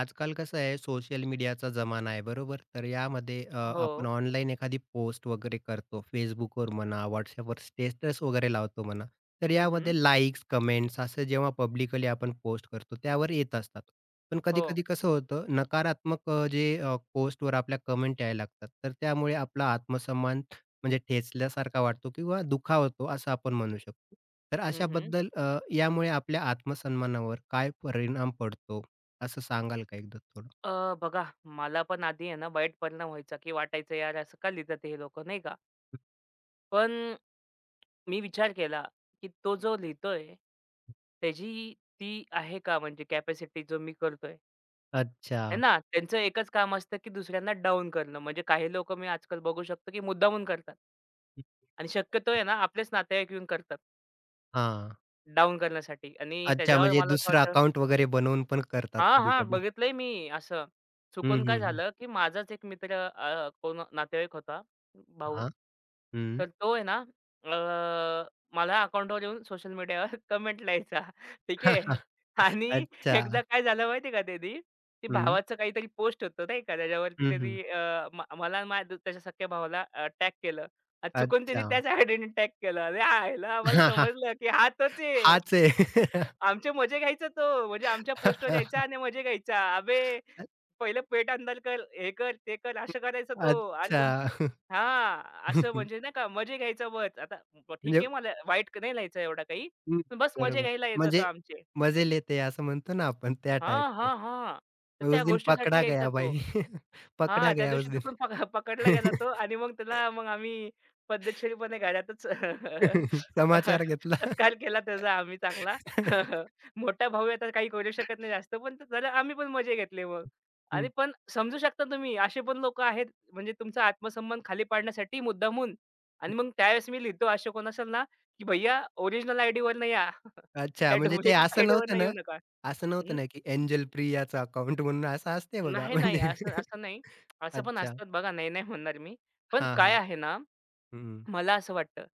आजकाल कसं आहे सोशल मीडियाचा जमाना आहे बरोबर. तर यामध्ये हो. आपण ऑनलाईन एखादी पोस्ट वगैरे करतो. Facebookवर म्हणा, WhatsAppवर स्टेटस वगैरे लावतो म्हणा. तर हं, यामध्ये हं. लाइक्स, कमेंट्स असं जेव्हा पब्लिकली आपण पोस्ट करतो त्यावर येत असतात. पण हो. कधी-कधी कसं होतं नकारात्मक जे पोस्टवर आपल्या कमेंट यायला लागतात. तर त्यामुळे आपला आत्मसन्मान म्हणजे ठेचल्यासारखा वाटतो किंवा दुखावतो असं आपण म्हणू शकतो. तर हं, हं. अशाबद्दल यामुळे आपल्या आत्मसन्मानावर काय परिणाम पडतो? असं सांगाल का एकदा थोडं? बघा मला पण आधी आहे ना वाईट परिणाम व्हायचा, की वाटायचं यार असं का लिहितात हे लोकं नाही का? पण मी विचार केला, की तो जो लिहितोय त्याची ती आहे का म्हणजे कॅपॅसिटी जो मी करतोय. अच्छा. आहे ना? त्यांचं एकच काम असतं, की दुसऱ्यांना डाउन करणं. म्हणजे काही लोक मी आजकाल बघू शकतो, की मुद्दामून करतात. हं, आणि शक्यतो आहे बरं. ना आपलेच नातेवाईक येऊन करतात हां. डाउन करण्यासाठी आणि अच्छा त्याच्यावर म्हणजे मला असं दुसरं वाटतं. अकाउंट वगैरे बनवून पण करतात हां, हां. कधी-कधी. बघितलंय मी असं. हं, चुकून काय हं, हं. झालं, की माझाच एक मित्र कोण नातेवाईक होता, भाऊ. हां. हं. तर तो आहे ना, अ, मला अकाउंटवर येऊन सोशल मीडियावर कमेंट लिहायचा. ठीक आहे. आणि अच्छा. एकदा काय झालं माहिती आहे का त्यानी, ते हं. भावाचं काहीतरी पोस्ट होतं नाही का, त्याच्यावरती हं, हं. त्यांनी अ, म मला आणि माझ्या त्याच्या सख्ख्या भावाला टॅग केलं आणि चुकून त्यांनी अच्छा. त्याच आयडीने टॅग केलं. अरे, आयला आम्हाला समजलं, की हा तोच आहे. हाच आहे. आमचे मजे घ्यायचा तो. म्हणजे आमच्या पोस्टवर यायचा आणि मजे घ्यायचा. "अबे, पहिलं पेट अंदर कर, हे कर, ते कर." असं करायचा तो. "अरे तुम." अच्छा. हां, असं म्हणजे नाही का मजे घ्यायचा बस. आता ठीक म्हणजे आहे मला वाईट नाही लिहायचं एवढा काही. हं, पण बस मजे बरोबर. घ्यायला यायचा तो म्हणजे आमचे. मजे लेते है असं म्हणतो ना आपण त्या हां, टाइपचं. हां, हां. तर त्या उस दिन गोष्टीसाठी पकडा यायचा गया तो. भाई. हां, पकडा त्या गया उस दिवशी दिन. चुकून पक पकडला गेला तो आणि मग त्याला मग आम्ही पद्धतशीरपणे घरातच समाचार घेतला. सत्कार केला त्याचा आम्ही चांगला. मोठा भाऊ आहे आता काही करू शकत नाही जास्त, पण त्याला आम्ही पण मजे घेतले मग. हं, आणि पण समजू शकता तुम्ही असे पण लोकं आहेत म्हणजे तुमचा आत्मसन्मान खाली पाडण्यासाठी मुद्दामून. हं. आणि मग त्यावेळेस मी लिहितो असे कोण असेल ना, की "भैय्या ओरिजिनल आयडीवर नाही या. अच्छा, या म्हणजे ते डुप्लिकेट असं आयडीवर नव्हतं ना, येऊ नका." असं नव्हतं ना, की एंजल प्रियाचं अकाउंट म्हणून असं असते बघा नाही, नाही. म्हणजे असं असं नाही. असं पण अच्छा. असतात बघा, नाही, नाही म्हणणार मी. पण हां, हां. काय आहे ना, हं, मला असं वाटतं,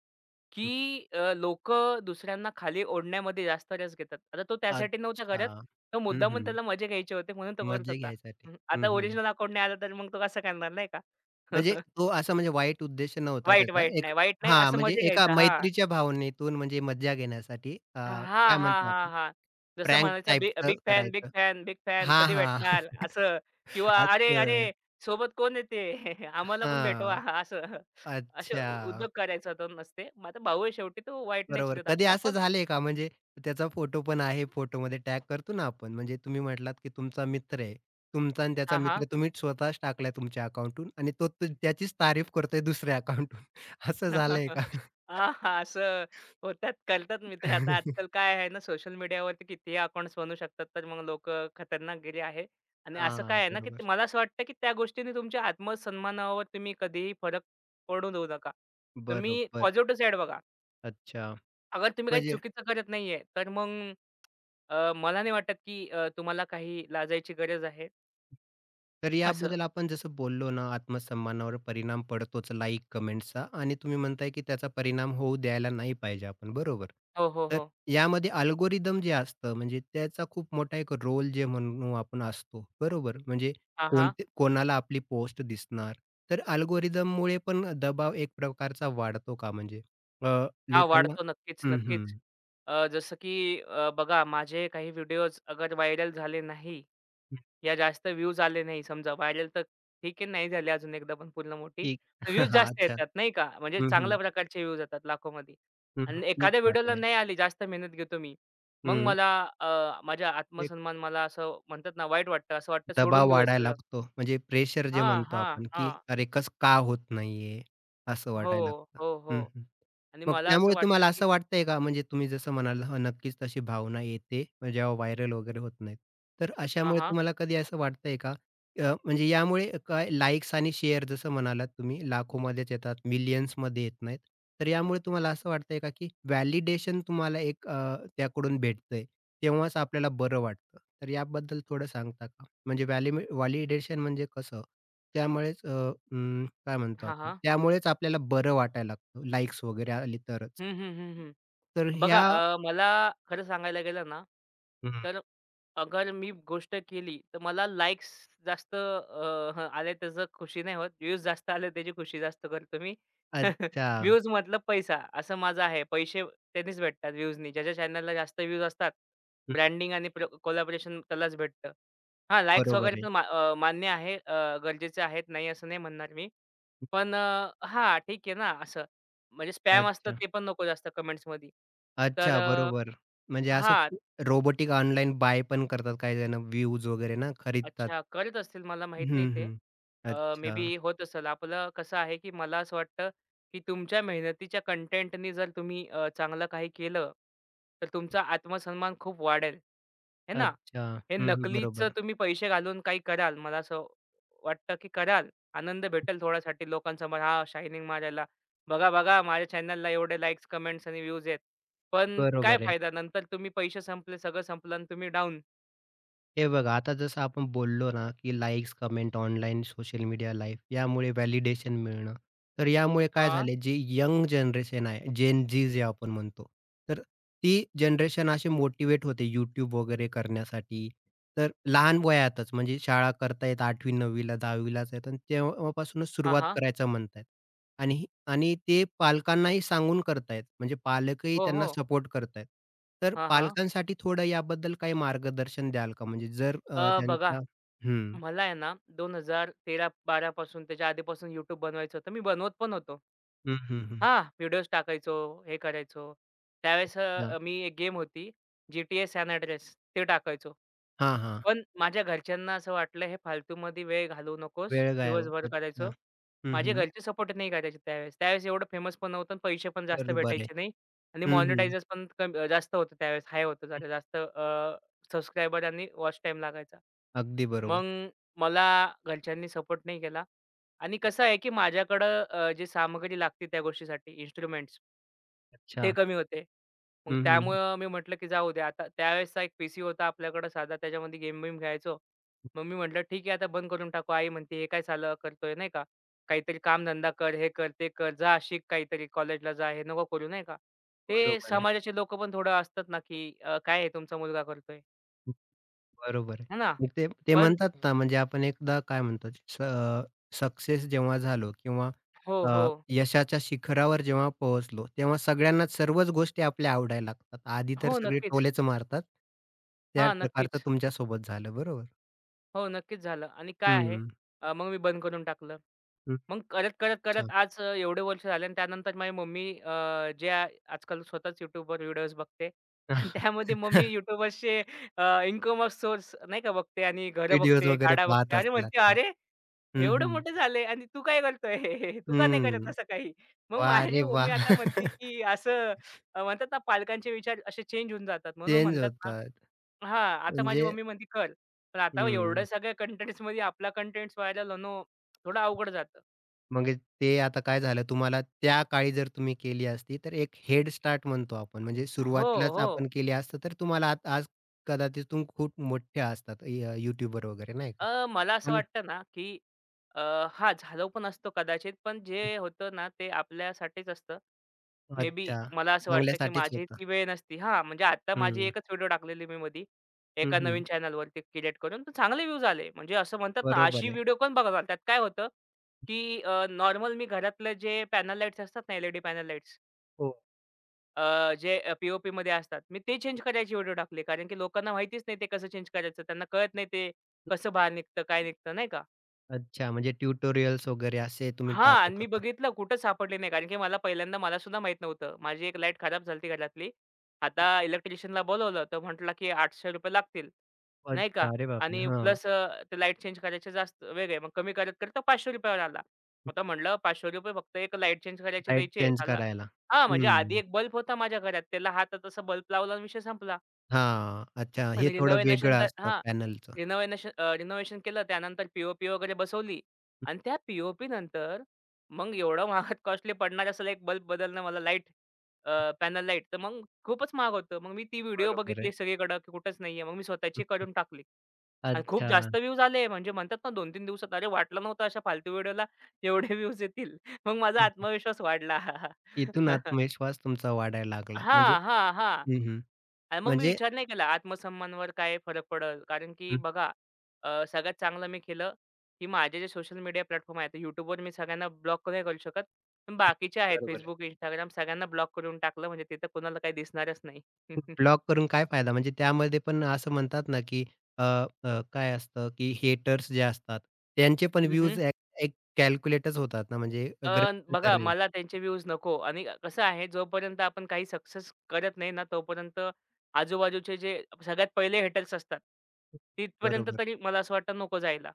हं. की दुसऱ्यांना खाली ओढण्यामध्ये जास्त रस घेतात. आता तो त्यासाठी नव्हता अच्छा. करत. तो हं, मुद्दामून हं. त्याला मजे घ्यायचे होते म्हणून तो करत मजे होता. घ्यायसाठी. हं. हं, आता हं. ओरिजिनल अकाउंट नाही आलं तर मग तो कसं करणार नाही का? म्हणजे तो असा म्हणजे वाईट उद्देश नव्हता वाईट, त्याचा. वाईट एक नाही, वाईट नाही. हां, असं म्हणजे मजे एका घ्यायचा. हां. मैत्रीच्या भावनेतून म्हणजे मज्जा घेण्यासाठी हां, काय हां, म्हणतो हां, आपण हां. जसं प्रँक म्हणायचं, टाइपचं बिग फॅन, बिग करायचं. फॅन, बिग फॅन हां, कधी हां. भेटणार असं, किंवा "अरे, अरे असं. सोबत कोण आहे ते? आम्हाला पण भेटवा." हां. असं. असे अच्छा. उद्योग करायचा तो नसते. माझा भाऊ आहे शेवटी, तो वाईट नाही बरोबर. चिंतत कधी आपला. असं पण झालंय का म्हणजे त्याचा फोटो पण आहे, फोटोमध्ये टॅग करतो ना आपण. म्हणजे तुम्ही म्हटलात, की तुमचा मित्र आहे. तुमचा आणि त्याचा हां, मित्र हां. तुम्ही स्वतःच टाकलाय तुमच्या अकाउंटहून आणि तो त्याचीच तारीफ करतोय दुसऱ्या अकाउंटहून. असं झालंय का? हां, असं होतात, करतात मित्र. आता आजकाल काय आहे ना, सोशल मीडियावरती कितीही अकाउंट्स बनू शकतात, तर मग लोकं खतरनाक गेले आहे. आणि असं काय हां, आहे ना, की बरोबर. मला असं वाटतं, की त्या गोष्टीने तुमच्या आत्मसन्मानावर तुम्ही कधीही फरक पडू देऊ नका. तुम्ही बरोबर. पॉझिटिव्ह साइड बघा. अच्छा. अगर तुम्ही काही म्हणजे चुकीचं करत नाहीये, तर मग मला नाही वाटत, की तुम्हाला काही लाजायची गरज आहे तर असं. याबद्दल आपण जसं बोललो ना, आत्मसन्मानावर परिणाम पडतोच लाइक, कमेंट्सचा आणि तुम्ही म्हणताय की त्याचा परिणाम होऊ द्यायला नाही पाहिजे आपण, बरोबर. हो, हो, तर हो. यामध्ये अल्गोरिदम जे असतं म्हणजे त्याचा खूप मोठा एक रोल जे म्हणू आपण असतो, बरोबर. म्हणजे हां, हां. कोणते कोणाला आपली पोस्ट दिसणार. तर अल्गोरिदममुळे पण दबाव एक प्रकारचा वाढतो का म्हणजे? अ, हां, लोकांना वाढतो नक्कीच, हं, नक्कीच. हं. जसं की बघा माझे काही व्हिडिओज अगर व्हायरल झाले नाही, या जास्त व्ह्यूज आले नाही समजा, व्हायरल तर ठीक आहे नाही झाले अजून एकदा, पण पूर्ण मोठी. ठीक. व्ह्यूज जास्त अच्छा. येतात नाही का? म्हणजे हं, चांगल्या हं. प्रकारचे व्ह्यूज येतात लाखोमध्ये, हं, आणि ठीक एखाद्या ठाक व्हिडिओला आहे. नाही आली जास्त मेहनत घेतो मी. मग हं. मला माझा आत्मसन्मान मला असं म्हणतात ना वाईट वाटतं. असं वाटतं सोडून दबाव देऊ हे वाढायला सगळं. लागतो. म्हणजे प्रेशर जे हां, म्हणतो हां, आपण, हां. की "अरे, कसं का होत नाहीये?" असं हो, वाटायला लागतं. हो, हं, हो. हं. आणि मग मला असं त्यामुळे वाटतं तुम्हाला की असं वाटतंय का? म्हणजे तुम्ही जसं म्हणाल, हं, नक्कीच तशी भावना येते जेव्हा व्हायरल वगैरे होत नाहीत. तर हां, अशामुळे हां. तुम्हाला कधी असं वाटतंय का? म्हणजे यामुळे काय लाइक्स आणि शेअर जसं म्हणालात तुम्ही लाखोमध्येच येतात, मिलियन्समध्ये येत नाहीत. तर यामुळे तुम्हाला असं वाटतंय का, की व्हॅलिडेशन तुम्हाला एक त्याकडून भेटतंय, तेव्हाच आपल्याला बरं वाटतं. तर याबद्दल थोडं सांगता का? म्हणजे व्हॅलिडेशन म्हणजे कसं? त्यामुळेच अं, काय म्हणतो हां, आपण? हां. त्यामुळेच आपल्याला बरं वाटायला लागतं, लाइक्स वगैरे आली तरच. हं, हं, हं, हं. तर बघा ह्या मला खरं सांगायला गेलं ना, हं. तर अगर मी गोष्ट केली, तर मला लाइक्स जास्त आले त्याचं खुशी नाही होत. व्ह्यूज जास्त आले त्याची खुशी जास्त करतो मी. अच्छा. व्ह्यूज मतलब पैसा असं माझं आहे. पैसे त्यांनीच भेटतात व्ह्यूजनी. ज्याच्या चॅनलला जास्त व्ह्यूज असतात, हं. ब्रँडिंग आणि कोलॅबोरेशन त्यालाच भेटतं. हां, लाइक्स बरोबर वगैरे आहे. पण मान्य आहे. गरजेचे आहेत. नाही असं नाही म्हणणार मी. पण हां, ठीक आहे ना असं. म्हणजे स्पॅम असतं अच्छा. ते पण नको जास्त कमेंट्समध्ये. तर अच्छा, बरोबर. म्हणजे असं हां, रोबोटिक ऑनलाईन बाय पण करतात काही जण व्ह्यूज वगैरे ना खरीदतात. अच्छा, करत असतील मला माहीत नाही हं, ते. हं. मे अच्छा. बी होत असेल. आपलं कसं आहे, की मला असं वाटतं, की तुमच्या मेहनतीच्या कंटेंटनी जर तुम्ही चांगलं काही केलं, तर तुमचा आत्मसन्मान खूप वाढेल. हे ना? अच्छा. हे हं, हं. नकलीचं बरोबर. तुम्ही पैसे घालून काही कराल, मला असं वाटतं, की कराल. आनंद भेटेल थोड्यासाठी लोकांसमोर, "हां, शायनिंग मारायला. बघा, बघा, माझ्या चॅनलला एवढे लाईक्स, कमेंट्स आणि व्ह्यूज आहेत." पण काय बरोबर आहे. फायदा? नंतर तुम्ही पैसे संपले, सगळं संपलं आणि तुम्ही डाऊन. हे बघा, आता जसं आपण बोललो ना, की likes, comment, online social media life यामुळे व्हॅलिडेशन मिळणं. तर यामुळे काय हां. झाले, जी यंग जनरेशन आहे, जेन झी जे आपण म्हणतो, तर ती जनरेशन अशी मोटिवेट होते YouTube वगैरे करण्यासाठी. तर लहान वयातच म्हणजे शाळा करतायत 8वी 9वी ला आहेत आणि तेव्हापासूनच हां, सुरुवात हां. करायचं म्हणतायत. आणि आणि ते पालकांनाही सांगून करतायत. म्हणजे पालकही हो, त्यांना हो. सपोर्ट करतायत. तर हां, हां. पालकांसाठी थोडं याबद्दल काही मार्गदर्शन द्याल का? म्हणजे जर बघा त्यांचा हं. मला आहे ना 2013-12 पासून, त्याच्या आधीपासून YouTube बनवायचं होतं. मी बनवत पण होतो. हं, हं, हं. हां, व्हिडिओज टाकायचो, हे करायचो. त्यावेळेस अच्छा. मी एक गेम होती, GTA San Andreas, ते टाकायचो. हां, हां. पण माझ्या घरच्यांना असं वाटलं हे फालतूमध्ये वेळ घालवू नकोस, वेळ गायब दिवसभर अच्छा. करायचो. हं, माझे हं. घरचे सपोर्ट नाही करायचे त्यावेळेस. त्यावेळेस एवढं फेमस पण नव्हतं आणि पैसे पण जास्त बरोबर आहे. भेटायचे नाही आणि हं, हं. मोनेटायझर पण जास्त होतं त्यावेळेस. हाय होतं जरा जास्त सबस्क्रायबर आणि वॉच टाईम लागायचा. अगदी बरोबर. मग मला घरच्यांनी सपोर्ट नाही केला. आणि कसं आहे, की माझ्याकडं जे सामग्री लागते त्या गोष्टीसाठी इन्स्ट्रुमेंट्स, ते अच्छा. कमी होते. मग हं, हं. त्यामुळं मी म्हटलं, की जाऊ दे आता. त्यावेळेसचा एक पीसी होता आपल्याकडं साधा, त्याच्यामध्ये गेम-बिम खेळायचो. मग मी म्हटलं, "ठीक आहे, आता बंद करून टाकू." आई म्हणते, "हे काय सालं करतोय?" नाही का. "काहीतरी कामधंदा कर, हे कर, ते कर. जा शिक काहीतरी, कॉलेजला जा. हे नको करू." नाही का. ते बरोबर आहे. समाजाचे लोकं पण थोडं असतात ना, की "काय हे तुमचा मुलगा करतोय?" बरोबर आहे. है ना. मग ते ते पण म्हणतात ना, म्हणजे आपण एकदा काय म्हणतात सक्सेस जेव्हा झालो किंवा हो, अ, हो. यशाच्या शिखरावर जेव्हा पोहोचलो, तेव्हा सगळ्यांनाच सर्वच गोष्टी आपल्या आवडायला लागतात. आधी तर हो, सगळे नक्कीच. टोलेच मारतात. त्या हां, प्रकारचं नक्कीच. तुमच्या सोबत झालं बरोबर. हो, नक्कीच झालं आणि काय आहे, हं, मग मी बंद करून टाकलं. हं. मग करत अच्छा. करत आज एवढे वर्ष झाले आणि त्यानंतर माझी मम्मी आजकाल स्वतःच YouTubeवर व्हिडिओज बघते आणि त्यामध्ये मम्मी YouTubeर्सचे अ, इन्कम ऑफ सोर्स नाही का बघते आणि घरं व्हिडिओज बघते, वगैरे गाड्या पाहत बघते आणि असतील म्हणते, आता. "अरे, हं, एवढे हं. मोठे झाले आणि तू काय करतोय? तू का नाही करत हं. असं काही?" मग वाह माझी रे मम्मी वाह! आता म्हणते, की असं म्हणतात ना पालकांचे विचार असे चेंज होऊन जातात. म्हणून चेंज म्हणतात ना. होतात. हां, आता माझी म्हणजे मम्मी म्हणते, "कर." पण आता एवढ्या हं. सगळ्या कंटेंट्समध्ये आपला कंटेंट्स व्हायरल होणं थोडं अवघड जातं. मग ते आता काय झालं तुम्हाला त्या काळी जर तुम्ही केली असती, तर एक हेड स्टार्ट म्हणतो आपण. म्हणजे हो, सुरुवातीलाच हो. आपण केली असतं, तर तुम्हाला आज आज कदाचित तुम्ही खूप मोठ्या असतात यूट्यूबर वगैरे नाही का? मला असं पण वाटतं ना, की अ, हां, झालो पण असतो कदाचित. पण जे होतं ना, ते आपल्यासाठीच असतं. मे बी अच्छा. मला असं वाटतं, की चांगल्यासाठीच माझी होतं. ती वेळ नसती. हां, म्हणजे आता माझी हं. एकच व्हिडिओ टाकलेली मी मधी हं, एका हं. नवीन चॅनलवरती क्रिएट करून. तर चांगले व्ह्यूज आले. म्हणजे असं म्हणतात ना, बरोबर अशी आहे. व्हिडिओ कोण बघणार? त्यात काय होतं, की नॉर्मल मी घरातलं जे पॅनल लाईट्स असतात ना, एल पॅनल हो. अ, जे अ, पी असतात. मी ते चेंज करायचे व्हिडिओ टाकले. कारण की लोकांना माहितीच नाही ते कसं चेंज करायचं. त्यांना कळत नाही ते कसं बाहेर निघतं, काय निघतं नाही का? अच्छा. म्हणजे ट्युटोरियल्स वगैरे असे तुम्ही हां. आणि टाकत मी होता. बघितलं कुठं सापडली नाही. कारण की मला सुद्धा माहीत नव्हतं. माझी एक लाईट खराब झाली होती घरातली. आता इलेक्ट्रिशियनला बोलावलं तर म्हटला, की ₹800 लागतील, नाही का. अच्छा. अरे बापरे! आणि हां. प्लस ते लाईट चेंज करायचे जास्त वेगळे. मग कमी करत करत ₹500 वर आला. आता म्हटलं ₹500 फक्त एक लाईट चेंज करायचे लाईट द्यायचे. चेंज साला करायला. हां, म्हणजे आधी हं. एक बल्ब होता माझ्या घरात. त्याला हातात असा बल्ब लावला आणि विषय संपला. हां. अच्छा. हे आणि थोडं रिनोव्हेशन वेगळं तर असतं हां. पॅनलचं. रिनोव्हेशन केलं त्यानंतर पी-ओ-पी वगैरे बसवली आणि त्या पी नंतर मग एवढं महागात कॉस्टली पडणार असेल एक बल्ब बदलणं मला अ, पॅनल लाईट तर मग खूपच महाग होतं. मग मी ती व्हिडिओ बरोबर आहे. बघितली सगळीकडं की कुठेच नाहीये. मग मी स्वतःची करून टाकली आणि खूप अच्छा. जास्त व्ह्यूज आले. म्हणजे म्हणतात ना 2-3 दिवसात, अरे वाटलं नव्हतं अशा फालतू व्हिडिओला एवढे व्ह्यूज येतील. मग माझा हं. आत्मविश्वास वाढला. इथून आत्मविश्वास तुमचा वाढायला लागला. म्हणजे हां, हां, हां. हं, हं. आणि मग मी म्हणजे विचार नाही केला आत्मसन्मानावर काय फरक पडेल. कारण की हं, बघा सगळ्यात चांगलं मी केलं, की माझे जे सोशल मीडिया प्लॅटफॉर्म आहेत, YouTubeवर मी सगळ्यांना ब्लॉक नाही करू शकत. पण बाकीचे आहेत बरोबर Facebook, आहे. Instagram सगळ्यांना ब्लॉक करून टाकलं म्हणजे तिथं कोणाला काही दिसणारच नाही. ब्लॉक करून काय फायदा? म्हणजे त्यामध्ये पण असं म्हणतात ना, की अ, अ, काय असतं, की हेटर्स जे असतात, त्यांचे पण हं, व्ह्यूज एक एक कॅल्क्युलेटच होतात ना, म्हणजे गृहीत बघा धरले. मला त्यांचे व्ह्यूज नको आणि कसं आहे, जोपर्यंत आपण काही सक्सेस करत नाही ना, तोपर्यंत आजूबाजूचे जे सगळ्यात पहिले हेटर्स असतात, तिथपर्यंत बरोबर. तरी मला असं वाटतं नको जायला.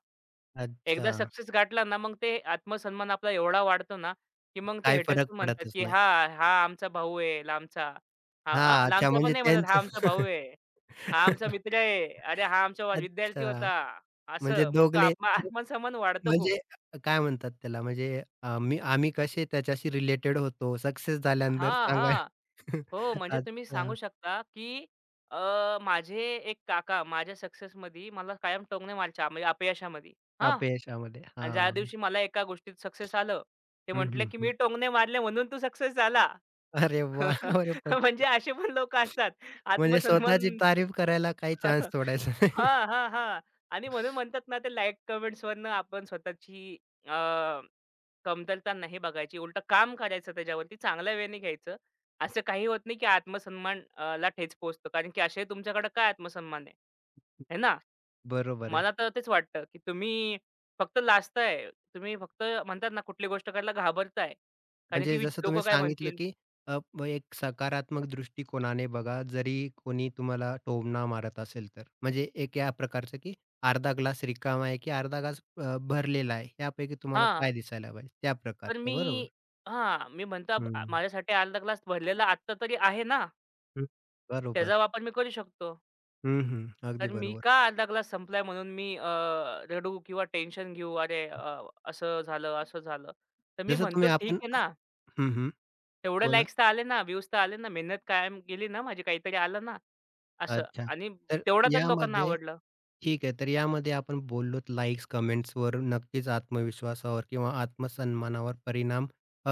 अच्छा. एकदा सक्सेस गाठला ना, मग ते आत्मसन्मान आपला एवढा वाढतो ना, की मग ते काही हेटर्स फरक पण म्हणतात, पडतच की नाही. "हां, हा आमचा भाऊ आहे लांबचा." हां, हां, हां, अच्छा लांबचा पण म्हणजे नाही म्हणत, "हा त्यांचं आमचा भाऊ आहे. हा आमचा मित्र आहे. अरे हा आमचा विद्यार्थी अच्छा. होता." म्हणजे असं मग तो दोघले आत्मसन्मान वाढतो खूप. म्हणजे काय म्हणतात त्याला म्हणजे आम्ही आम्ही कसे त्याच्याशी रिलेटेड होतो, सक्सेस झाल्यानंतर हां, सांगा. हां. हो, म्हणजे तुम्ही अच्छा, सांगू शकता, की माझे एक काका माझ्या सक्सेसमध्ये मला कायम टोमणे मारायच्या, म्हणजे अपयशामध्ये. हां. अपयशामध्ये. आणि ज्या हां. दिवशी मला एका गोष्टीत सक्सेस आलं, ते हं, म्हटले, हं, की "मी हं. टोमणे मारले म्हणून तू सक्सेस झाला." अरे वाह! अरे पटते. म्हणजे असे पण लोकं असतात. म्हणजे आत्मसन्मान. स्वतःची तारीफ करायला काही चान्स सोडायचा नाही. हां, हां, हां. आणि म्हणून म्हणतात ना, ते लाईक कमेंट्सवरनं आपण स्वतःची अ, कमतरता नाही बघायची. उलटं काम करायचं त्याच्यावरती, चांगल्या वेळेने घ्यायचं. असं काही होत नाही, की आत्मसन्मान ला ठेच पोहोचतो. कारण की असे तुमच्याकडे काय आत्मसन्मान आहे? है ना? बरोबर आहे. मला तर तेच वाटतं, की तुम्ही फक्त लाजताय. तुम्ही फक्त म्हणतात ना, कुठली गोष्ट करायला घाबरताय. कारण म्हणजे की जसं तुम्ही लोकं काय सांगितलं, म्हणतील? की अ, ब एक सकारात्मक दृष्टिकोनाने बघा, जरी कोणी तुम्हाला टोमणा मारत असेल तर. म्हणजे एक या प्रकारचं, की अर्धा ग्लास रिकामा आहे, की अर्धा ग्लास भरलेला आहे, यापैकी तुम्हाला हां, काय दिसायला पाहिजे, त्या तर मी प्रकारचं बरोबर. हां, मी म्हणतो, हं, माझ्यासाठी अर्धा ग्लास भरलेला आत्ता तरी आहे ना? हं. बरोबर. त्याचा वापर मी करू शकतो. हं, हं. अगदी तर मी बरोबर. का अर्धा ग्लास संपलाय म्हणून मी रडू किंवा टेन्शन घेऊ, 'अरे असं झालं, असं झालं.' तर मी जसं म्हणतो, तुम्ही 'ठीक आपण आहे ना, हं, हं. तेवढे बोला. लाइक्स तर आले ना, व्ह्यूज तर आले ना, मेहनत कायम गेली ना माझी, काहीतरी आलं ना.'" असं. अच्छा. आणि तर तेवढं तरी लोकांना यामध्ये आवडलं. ठीक आहे. तर यामध्ये आपण बोललोत लाइक्स, कमेंट्सवर नक्कीच आत्मविश्वासावर किंवा आत्मसन्मानावर परिणाम अ,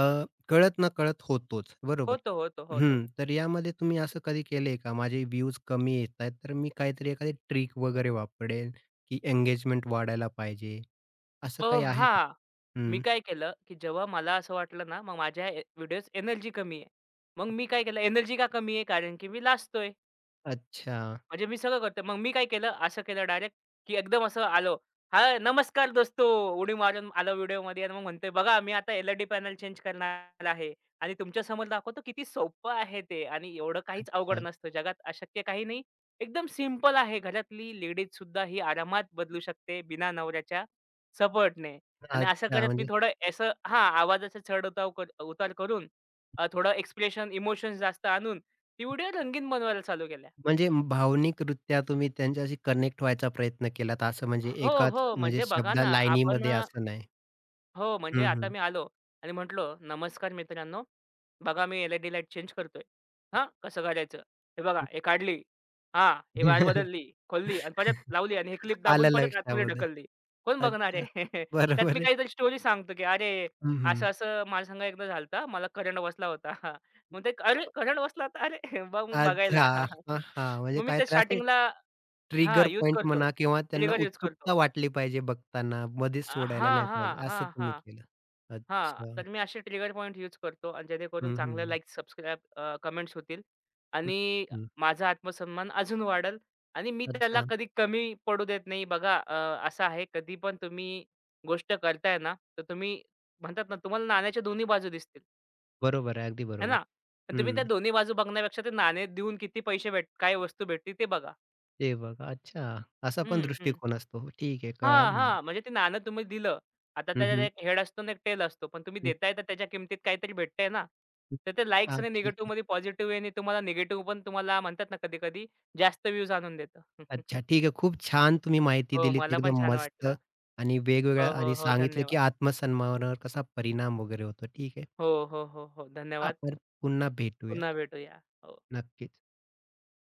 कळत-नकळत होतोच, बरोबर? होतं, होतं, होतं. हं. तर यामध्ये तुम्ही असं कधी केलंय का? माझे व्ह्यूज कमी येत आहेत, तर मी काहीतरी एखादी ट्रिक वगैरे वापरेल, की एंगेजमेंट वाढायला पाहिजे, असं अ, काही आहे का? हां, मी हं. काय केलं, की जेव्हा मला असं वाटलं ना, मग माझ्या ए व्हिडिओज एनर्जी कमी आहे. मग मी काय केलं, एनर्जी का कमी आहे? कारण की मी लाजतोय. अच्छा, म्हणजे मी सगळं करतो. मग मी काय केलं, असं केलं डायरेक्ट, की एकदम असं आलो. "हां, नमस्कार दोस्तो." उडी मारून आलो व्हिडिओमध्ये आणि मग म्हणतोय, "बघा मी आता एल-ई-डी पॅनल चेंज करणार आहे आणि तुमच्यासमोर दाखवतो किती सोपं आहे ते आणि एवढं काहीच अवघड अच्छा, नसतं. जगात अशक्य काही नाही. एकदम सिंपल आहे. घरातली लेडीज सुद्धा ही आरामात बदलू शकते बिना नवऱ्याच्या सपोर्टने." आणि असं अच्छा. करत मी म्हणजे थोडं असं हां, आवाजाचा चढ-उताव कर उतार करून थोडं एक्सप्रेशन, इमोशन्स जास्त आणून ती व्हिडिओ रंगीन बनवायला चालू केल्या. म्हणजे भावनिकरित्या तुम्ही त्यांच्याशी कनेक्ट व्हायचा प्रयत्न केलात, असं म्हणजे हो, एकाच हो. म्हणजे म्हणजे बघा शब्दा ना, आपण लाईनीमध्ये अ, असं नाही. हो, म्हणजे हं, आता हं. मी आलो आणि म्हटलो, "नमस्कार मित्रांनो, बघा मी एल-ई-डी लाईट चेंज करतोय." "हां, कसं करायचं?" "हे बघा, हे काढली. हां, हे वायर बदलली, खोलली आणि परत लावली आणि हे क्लिप दाबून आलं परत आतमध्ये लक्षामध्ये. ढकलली." कोण बघणार अच्छा. आहे? त्यात बरोबर मी आहे. काहीतरी स्टोरी सांगतो, की "अरे, हं, हं. असं-असं माझ्या संग एकदा झालं, मला करंट बसला होता." मग ते, "अरे, करंट बसला होता? अरे, मग बघायला." अच्छा. हां, हां. म्हणजे मग मी ते काहीतरी असे स्टार्टिंगला हां, ट्रिगर यूज पॉइंट करतो. म्हणा किंवा त्यांना ट्रिगर यूज करतो. उत्सुकता वाटली पाहिजे बघताना. मध्येच सोडायला हां, नाही पाहिजे. हां, असं हां, तुम्ही हां. केलं. हां, अच्छा. तर मी असे ट्रिगर पॉइंट यूज करतो आणि जेणेकरून हं, हं. चांगल्या लाईक, सबस्क्राईब, कमेंट्स होतील हं, आणि हं. माझा आत्मसन्मान अजून वाढेल आणि मी त्याला अच्छा. कधी कमी पडू देत नाही. बघा असं आहे कधी पण तुम्ही गोष्ट करताय ना, तर तुम्ही म्हणतात ना, तुम्हाला नाण्याच्या दोन्ही बाजू दिसतील, बरोबर आहे. अगदी है बरोबर. ना? पण तुम्ही त्या हं. दोन्ही बाजू बघण्यापेक्षा ते नाणे देऊन किती पैसे भेट काय वस्तू भेटते ते बघा. ते बघा. अच्छा. असा पण हं, हं. दृष्टिकोन असतो. हो, ठीक आहे. हां, कळालं मला. हां. म्हणजे ते नाणं तुम्ही दिलं. आता हं, त्याच्यात हं. एक हेड असतो आणि एक टेल असतो. पण तुम्ही हं, देताय तर त्याच्या किमतीत काहीतरी भेटतंय ना. हं. तर ते लाइक्स हां, आणि ठीक आहे. निगेटिव्हमध्ये पॉझिटिव्ह वेने तुम्हाला निगेटिव्ह पण तुम्हाला म्हणतात ना कधी-कधी जास्त व्ह्यूज आणून देतं. अच्छा, ठीक आहे. खूप छान तुम्ही माहिती हो, दिलीत मला पण एकदम छान मस्त वाटलं. आणि हो, वेगवेगळ्या हो, आणि हो. सांगितलं, की धन्यवाद. आत्मसन्मानावर कसा परिणाम वगैरे होतो. ठीक आहे. हो, हो. धन्यवाद. आपण पुन्हा भेटूया. पुन्हा भेटूया. हो. नक्कीच.